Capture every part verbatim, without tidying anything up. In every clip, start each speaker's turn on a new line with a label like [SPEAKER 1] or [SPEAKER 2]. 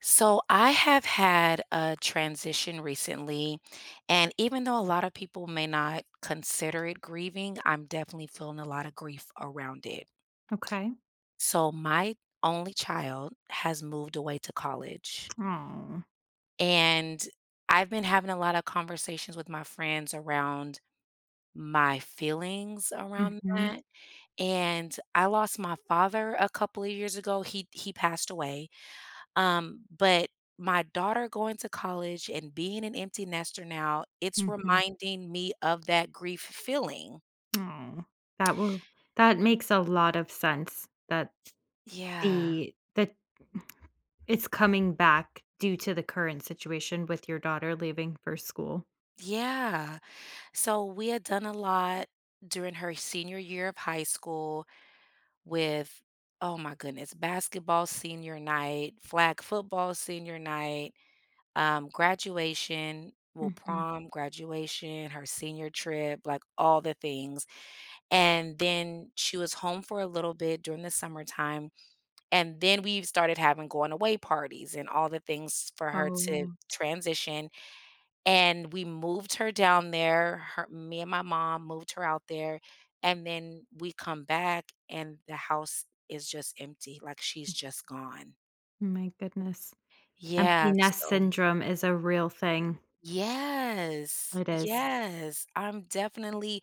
[SPEAKER 1] So I have had a transition recently, and even though a lot of people may not consider it grieving, I'm definitely feeling a lot of grief around it.
[SPEAKER 2] Okay.
[SPEAKER 1] So my only child has moved away to college,
[SPEAKER 2] Oh.
[SPEAKER 1] and I've been having a lot of conversations with my friends around my feelings around
[SPEAKER 2] Mhm.
[SPEAKER 1] that. And I lost my father a couple of years ago. He he passed away. Um, but my daughter going to college and being an empty nester now, it's
[SPEAKER 2] Mhm.
[SPEAKER 1] reminding me of that grief feeling.
[SPEAKER 2] Oh. That will that makes a lot of sense that
[SPEAKER 1] Yeah.
[SPEAKER 2] the that it's coming back due to the current situation with your daughter leaving for school.
[SPEAKER 1] Yeah. So we had done a lot during her senior year of high school with, oh my goodness, basketball senior night, flag football senior night, um, graduation, well,
[SPEAKER 2] Mhm.
[SPEAKER 1] prom, graduation, her senior trip, like all the things. And then she was home for a little bit during the summertime, and then we started having going away parties and all the things for her to
[SPEAKER 2] Oh
[SPEAKER 1] transition, and we moved her down there, her me and my mom moved her out there, and then we come back and the house is just empty, like, she's just gone.
[SPEAKER 2] my goodness. Empty
[SPEAKER 1] Yeah,
[SPEAKER 2] nest
[SPEAKER 1] so
[SPEAKER 2] syndrome is a real thing.
[SPEAKER 1] yes,
[SPEAKER 2] It is.
[SPEAKER 1] yes. I'm definitely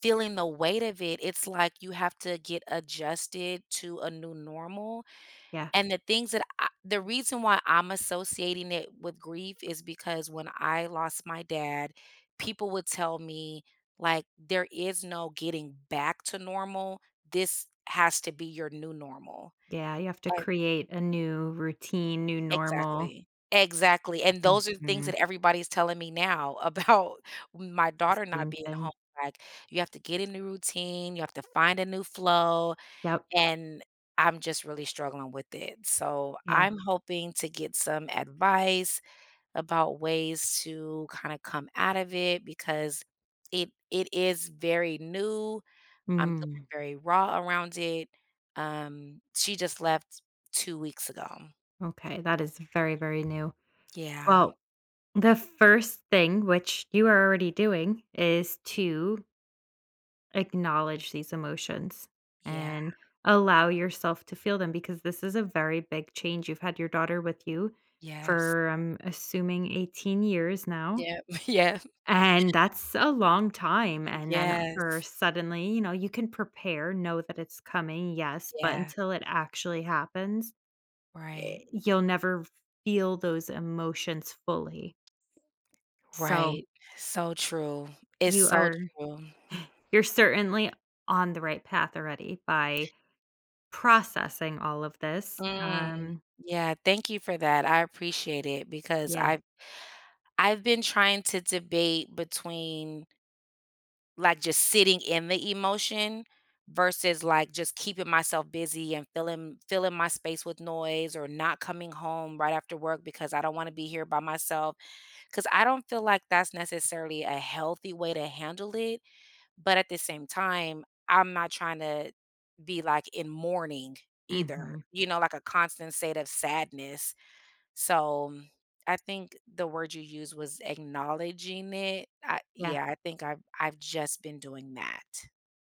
[SPEAKER 1] feeling the weight of it. It's like you have to get adjusted to a new normal.
[SPEAKER 2] Yeah.
[SPEAKER 1] And the things that I, the reason why I'm associating it with grief is because when I lost my dad, people would tell me, like, there is no getting back to normal. This has to be your new normal.
[SPEAKER 2] Yeah, you have to create a new routine, new normal.
[SPEAKER 1] Exactly. Exactly, and those are the things
[SPEAKER 2] Mhm.
[SPEAKER 1] that everybody's telling me now about my
[SPEAKER 2] The
[SPEAKER 1] daughter not
[SPEAKER 2] same
[SPEAKER 1] being
[SPEAKER 2] thing.
[SPEAKER 1] home, like, "You have to get in the routine, you have to find a new flow,"
[SPEAKER 2] Yep.
[SPEAKER 1] and I'm just really struggling with it, so
[SPEAKER 2] Yeah.
[SPEAKER 1] I'm hoping to get some advice about ways to kinda come out of it because it it is very new, I'm feeling
[SPEAKER 2] Mm.
[SPEAKER 1] very raw around it, um, she just left two weeks ago.
[SPEAKER 2] Okay, that is very, very new.
[SPEAKER 1] Yeah,
[SPEAKER 2] Well, the first thing, which you are already doing, is to acknowledge these emotions
[SPEAKER 1] yeah.
[SPEAKER 2] and allow yourself to feel them because this is a very big change. You've had your daughter with you
[SPEAKER 1] Yes.
[SPEAKER 2] for, I'm assuming, eighteen years now.
[SPEAKER 1] Yep. Yeah.
[SPEAKER 2] And that's a long time. And then for
[SPEAKER 1] Yes.
[SPEAKER 2] suddenly, you know, you can prepare, know that it's coming, yes, but
[SPEAKER 1] Yeah.
[SPEAKER 2] until it actually happens, Eh,
[SPEAKER 1] Right.
[SPEAKER 2] you'll never feel those emotions fully. So,
[SPEAKER 1] Right. So true. It's
[SPEAKER 2] you
[SPEAKER 1] so
[SPEAKER 2] are
[SPEAKER 1] true.
[SPEAKER 2] you're certainly on the right path already by processing all of this.
[SPEAKER 1] Mm.
[SPEAKER 2] Um,
[SPEAKER 1] Yeah, thank you for that. I appreciate it because
[SPEAKER 2] yeah.
[SPEAKER 1] I've I've been trying to debate between, like, just sitting in the emotion versus, like, just keeping myself busy and filling filling my space with noise or not coming home right after work because I don't wanna be here by myself because I don't feel like that's necessarily a healthy way to handle it. But at the same time, I'm not trying to be like in mourning either,
[SPEAKER 2] Mhm.
[SPEAKER 1] you know, like a constant state of sadness. So mm, I think the word you used was acknowledging it. I,
[SPEAKER 2] Yeah.
[SPEAKER 1] yeah, I think I've I've just been doing that.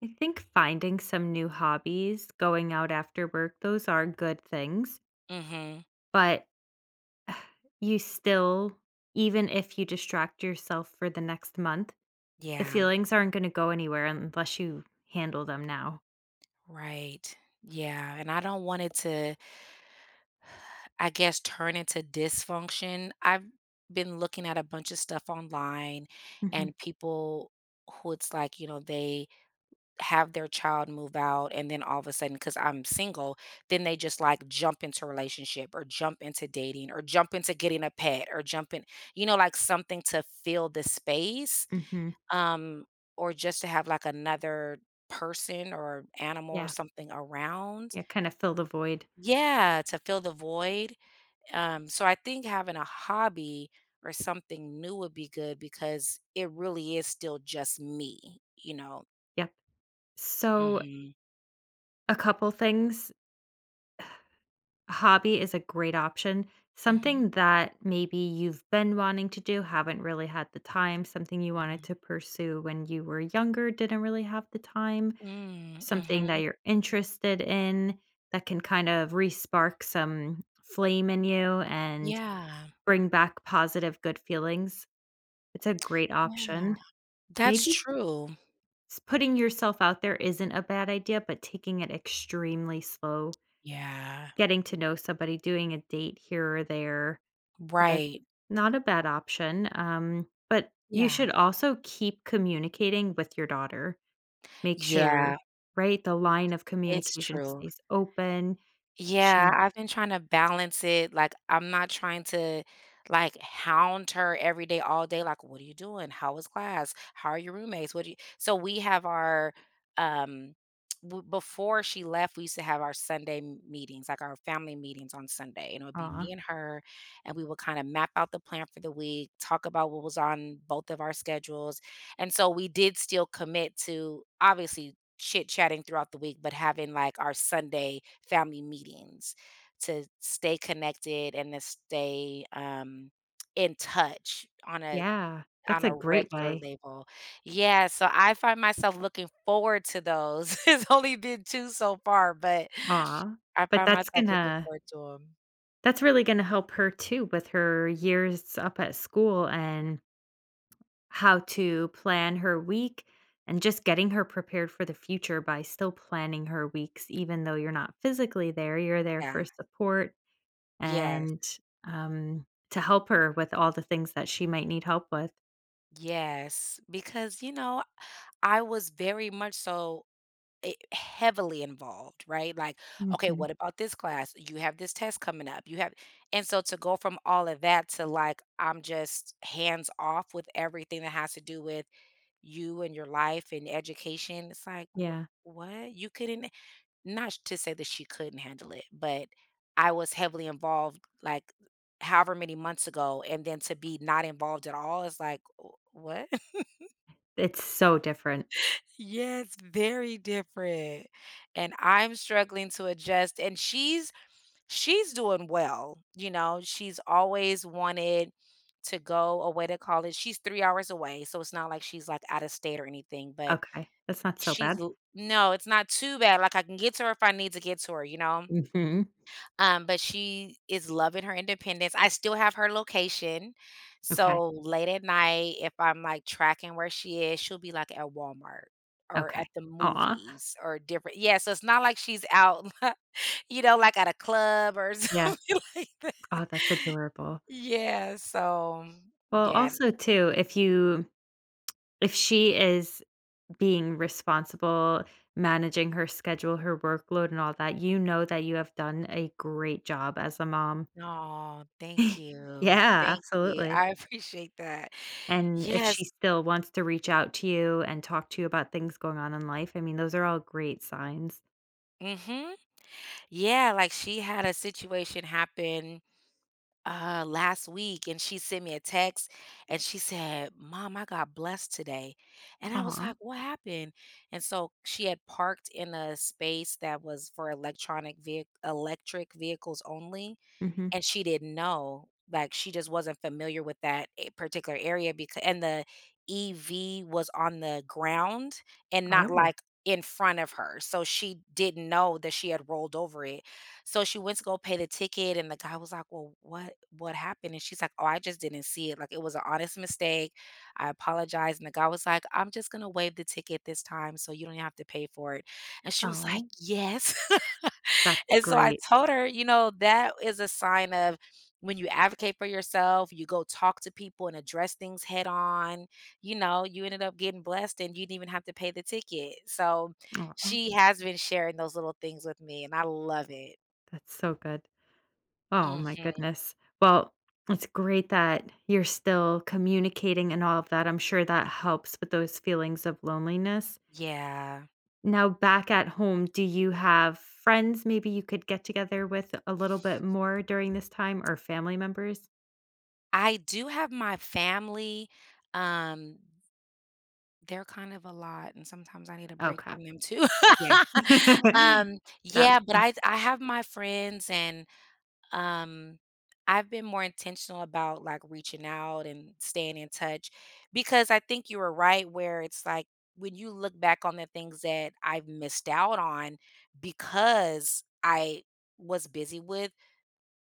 [SPEAKER 2] I think finding some new hobbies, going out after work, those are good things,
[SPEAKER 1] Hmm.
[SPEAKER 2] but you still even if you distract yourself for the next month, the
[SPEAKER 1] Yeah,
[SPEAKER 2] feelings aren't gonna go anywhere unless you handle them now.
[SPEAKER 1] right. Yeah. And I don't want it to, I guess, turn into dysfunction. I've been looking at a bunch of stuff online
[SPEAKER 2] Mhm.
[SPEAKER 1] and people who it's like, you know, they have their child move out and then all of a sudden, because I'm single, then they just like jump into relationship or jump into dating or jump into getting a pet or jump in, you know, like something to fill the space,
[SPEAKER 2] Mhm.
[SPEAKER 1] um or just to have like another person or animal or
[SPEAKER 2] Yeah.
[SPEAKER 1] something around,
[SPEAKER 2] Yeah, kind of fill the void.
[SPEAKER 1] yeah, to fill the void. um so I think having a hobby or something new would be good because it really is still just me, you know.
[SPEAKER 2] Yep. So,
[SPEAKER 1] Hmm.
[SPEAKER 2] a couple things. Hobby is a great option.
[SPEAKER 1] Hmm.
[SPEAKER 2] Something that maybe you've been wanting to do, haven't really had the time, something you wanted to pursue when you were younger, didn't really have the time,
[SPEAKER 1] Mm,
[SPEAKER 2] something that
[SPEAKER 1] mhm.
[SPEAKER 2] you're interested in that can kind of re-spark some flame in you and
[SPEAKER 1] Yeah,
[SPEAKER 2] bring back positive, good feelings. It's a great
[SPEAKER 1] yeah.
[SPEAKER 2] option.
[SPEAKER 1] That's
[SPEAKER 2] Maybe
[SPEAKER 1] true.
[SPEAKER 2] S putting yourself out there isn't a bad idea, but taking it extremely slow,
[SPEAKER 1] Yeah,
[SPEAKER 2] getting to know somebody, doing a date here or there, that's
[SPEAKER 1] right.
[SPEAKER 2] not a bad option, um, but you
[SPEAKER 1] Yeah.
[SPEAKER 2] should also keep communicating with your daughter. Make sure
[SPEAKER 1] Yeah,
[SPEAKER 2] right, the line of
[SPEAKER 1] it's
[SPEAKER 2] communication
[SPEAKER 1] true.
[SPEAKER 2] stays open.
[SPEAKER 1] Yeah,
[SPEAKER 2] She
[SPEAKER 1] I've been trying to balance it, like, I'm not trying to, like, hound her every day, all day, like, "What are you doing? How was class? How are your roommates? What do you?" So, we have our, um w before she left, we used to have our Sunday m meetings, like, our family meetings on Sunday, and it would be
[SPEAKER 2] Aw,
[SPEAKER 1] me and her, and we would kinda map out the plan for the week, talk about what was on both of our schedules, and so we did still commit to obviously chit chatting throughout the week, but having like our Sunday family meetings to stay connected and to stay um, in touch on a
[SPEAKER 2] yeah, that's
[SPEAKER 1] on
[SPEAKER 2] a
[SPEAKER 1] a
[SPEAKER 2] great
[SPEAKER 1] regular
[SPEAKER 2] way.
[SPEAKER 1] level. Yeah, so I find myself looking forward to those. It's only been two so far, but
[SPEAKER 2] Aw,
[SPEAKER 1] I
[SPEAKER 2] but
[SPEAKER 1] find
[SPEAKER 2] that's
[SPEAKER 1] myself looking
[SPEAKER 2] gonna
[SPEAKER 1] forward to them.
[SPEAKER 2] that's really gonna help her too with her years up at school and how to plan her week and just getting her prepared for the future by still planning her weeks, even though you're not physically there, you're there
[SPEAKER 1] Yeah.
[SPEAKER 2] for support
[SPEAKER 1] Yes.
[SPEAKER 2] and um, to help her with all the things that she might need help with.
[SPEAKER 1] Yes. Because you know, I was very much so, eh, heavily involved, right? Like, okay,
[SPEAKER 2] Mhm.
[SPEAKER 1] what about this class? You have this test coming up. You have, and so to go from all of that to like, I'm just hands off with everything that has to do with you and your life and education. It's like, wh-
[SPEAKER 2] Yeah,
[SPEAKER 1] what? You couldn't, not to say that she couldn't handle it, but I was heavily involved, like, however many months ago. And then to be not involved at all is like, "Wh- what?"
[SPEAKER 2] it's so different.
[SPEAKER 1] Yes, very different. And I'm struggling to adjust, and she's she's doing well, you know, she's always wanted to go away to college. She's three hours away, so it's not like she's, like, out of state or anything, but
[SPEAKER 2] Okay, that's not so
[SPEAKER 1] she's
[SPEAKER 2] bad.
[SPEAKER 1] l no, it's not too bad, like, I can get to her if I need to get to her, you know?
[SPEAKER 2] Hmm.
[SPEAKER 1] Um, but she is loving her independence. I still have her location.
[SPEAKER 2] Okay,
[SPEAKER 1] So late at night, if I'm like tracking where she is, she'll be like at Walmart or
[SPEAKER 2] okay.
[SPEAKER 1] at the
[SPEAKER 2] Aw,
[SPEAKER 1] movies or different. Yeah, so it's not like she's out, you know, like at a club or
[SPEAKER 2] yeah.
[SPEAKER 1] something like that.
[SPEAKER 2] Oh, that's adorable.
[SPEAKER 1] Yeah, so
[SPEAKER 2] Well,
[SPEAKER 1] yeah.
[SPEAKER 2] also too, if you if she is being responsible, managing her schedule, her workload, and all that, you know that you have done a great job as a mom.
[SPEAKER 1] No, thank you.
[SPEAKER 2] Yeah,
[SPEAKER 1] Thank you.
[SPEAKER 2] absolutely.
[SPEAKER 1] I appreciate that.
[SPEAKER 2] And if she
[SPEAKER 1] Yes.
[SPEAKER 2] still wants to reach out to you and talk to you about things going on in life, I mean, those are all great signs.
[SPEAKER 1] Hmm. Yeah, like she had a situation happen uh last week, and she sent me a text, and she said, "Mom, I got blessed today." And I was
[SPEAKER 2] Aw.
[SPEAKER 1] like, "What happened?" And so she had parked in a space that was for electronic vehicle electric vehicles only,
[SPEAKER 2] Mhm.
[SPEAKER 1] and she didn't know, like, she just wasn't familiar with that a particular area, because and the E V was on the ground and not,
[SPEAKER 2] Oh.
[SPEAKER 1] like, in front of her, so she didn't know that she had rolled over it. So she went to go pay the ticket, and the guy was like, "Well, what what happened?" And she's like, "Oh, I just didn't see it, like, it was an honest mistake. I apologize." And the guy was like, "I'm just gonna waive the ticket this time so you don't have to pay for it." And she was like,
[SPEAKER 2] Oh,
[SPEAKER 1] "Yes."
[SPEAKER 2] that's
[SPEAKER 1] And so I
[SPEAKER 2] great.
[SPEAKER 1] told her, you know, that is a sign of when you advocate for yourself, you go talk to people and address things head on, you know, you ended up getting blessed and you didn't even have to pay the ticket. So
[SPEAKER 2] Aw,
[SPEAKER 1] she has been sharing those little things with me, and I love it.
[SPEAKER 2] that's so good. Oh my
[SPEAKER 1] Mhm.
[SPEAKER 2] goodness. Well, it's great that you're still communicating and all of that. I'm sure that helps with those feelings of loneliness.
[SPEAKER 1] Yeah.
[SPEAKER 2] Now back at home, do you have friends maybe you could get together with a little bit more during this time or family members?
[SPEAKER 1] I do have my family. Um, they're kind of a lot, and sometimes I need a break
[SPEAKER 2] Okay.
[SPEAKER 1] from them too.
[SPEAKER 2] Yeah.
[SPEAKER 1] um,
[SPEAKER 2] That
[SPEAKER 1] yeah, but I I have my friends, and um I've been more intentional about like reaching out and staying in touch, because I think you were right where it's like when you look back on the things that I've missed out on because I was busy with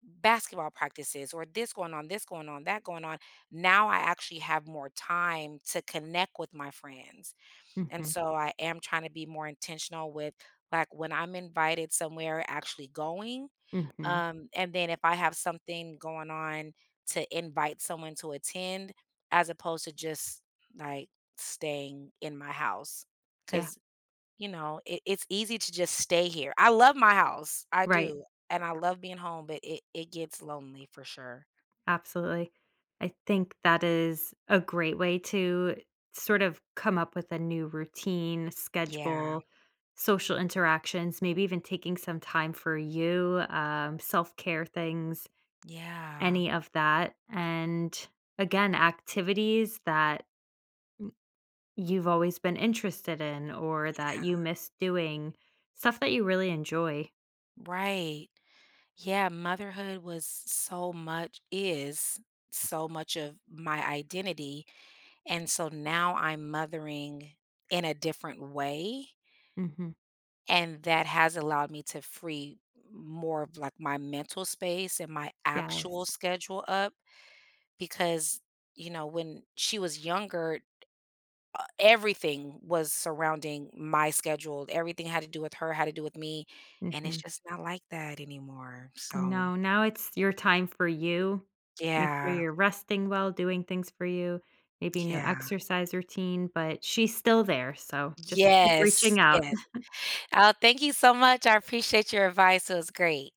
[SPEAKER 1] basketball practices or this going on, this going on, that going on. Now I actually have more time to connect with my friends. And
[SPEAKER 2] Mhm,
[SPEAKER 1] so I am trying to be more intentional with like when I'm invited somewhere, actually going,
[SPEAKER 2] mhm.
[SPEAKER 1] um, and then if I have something going on, to invite someone to attend as opposed to just like staying in my house.
[SPEAKER 2] Yeah,
[SPEAKER 1] Cause, you know, it, it's easy to just stay here. I love my house. I
[SPEAKER 2] right,
[SPEAKER 1] do. And I love being home, but it, it gets lonely for sure.
[SPEAKER 2] absolutely. I think that is a great way to sort of come up with a new routine,
[SPEAKER 1] Yeah.
[SPEAKER 2] schedule, social interactions, maybe even taking some time for you, um, self-care things.
[SPEAKER 1] Yeah.
[SPEAKER 2] Any of that. And again, activities that you've always been interested in or that you miss doing, stuff that you really enjoy.
[SPEAKER 1] Right. Yeah. Motherhood was so much, is so much of my identity. And so now I'm mothering in a different way,
[SPEAKER 2] Hmm.
[SPEAKER 1] and that has allowed me to free more of like my mental space and my actual
[SPEAKER 2] Yes.
[SPEAKER 1] schedule up, because you know when she was younger, everything was surrounding my schedule, everything had to do with her had to do with me, and it's
[SPEAKER 2] Hmm.
[SPEAKER 1] just not like that anymore. So
[SPEAKER 2] No, now it's your time for you. Make sure
[SPEAKER 1] yeah,
[SPEAKER 2] you're resting well, doing things for you, maybe a new
[SPEAKER 1] yeah,
[SPEAKER 2] exercise routine, but she's still there. So just keep
[SPEAKER 1] yes,
[SPEAKER 2] reaching out.
[SPEAKER 1] yes, oh thank you so much, I appreciate your advice, it was great.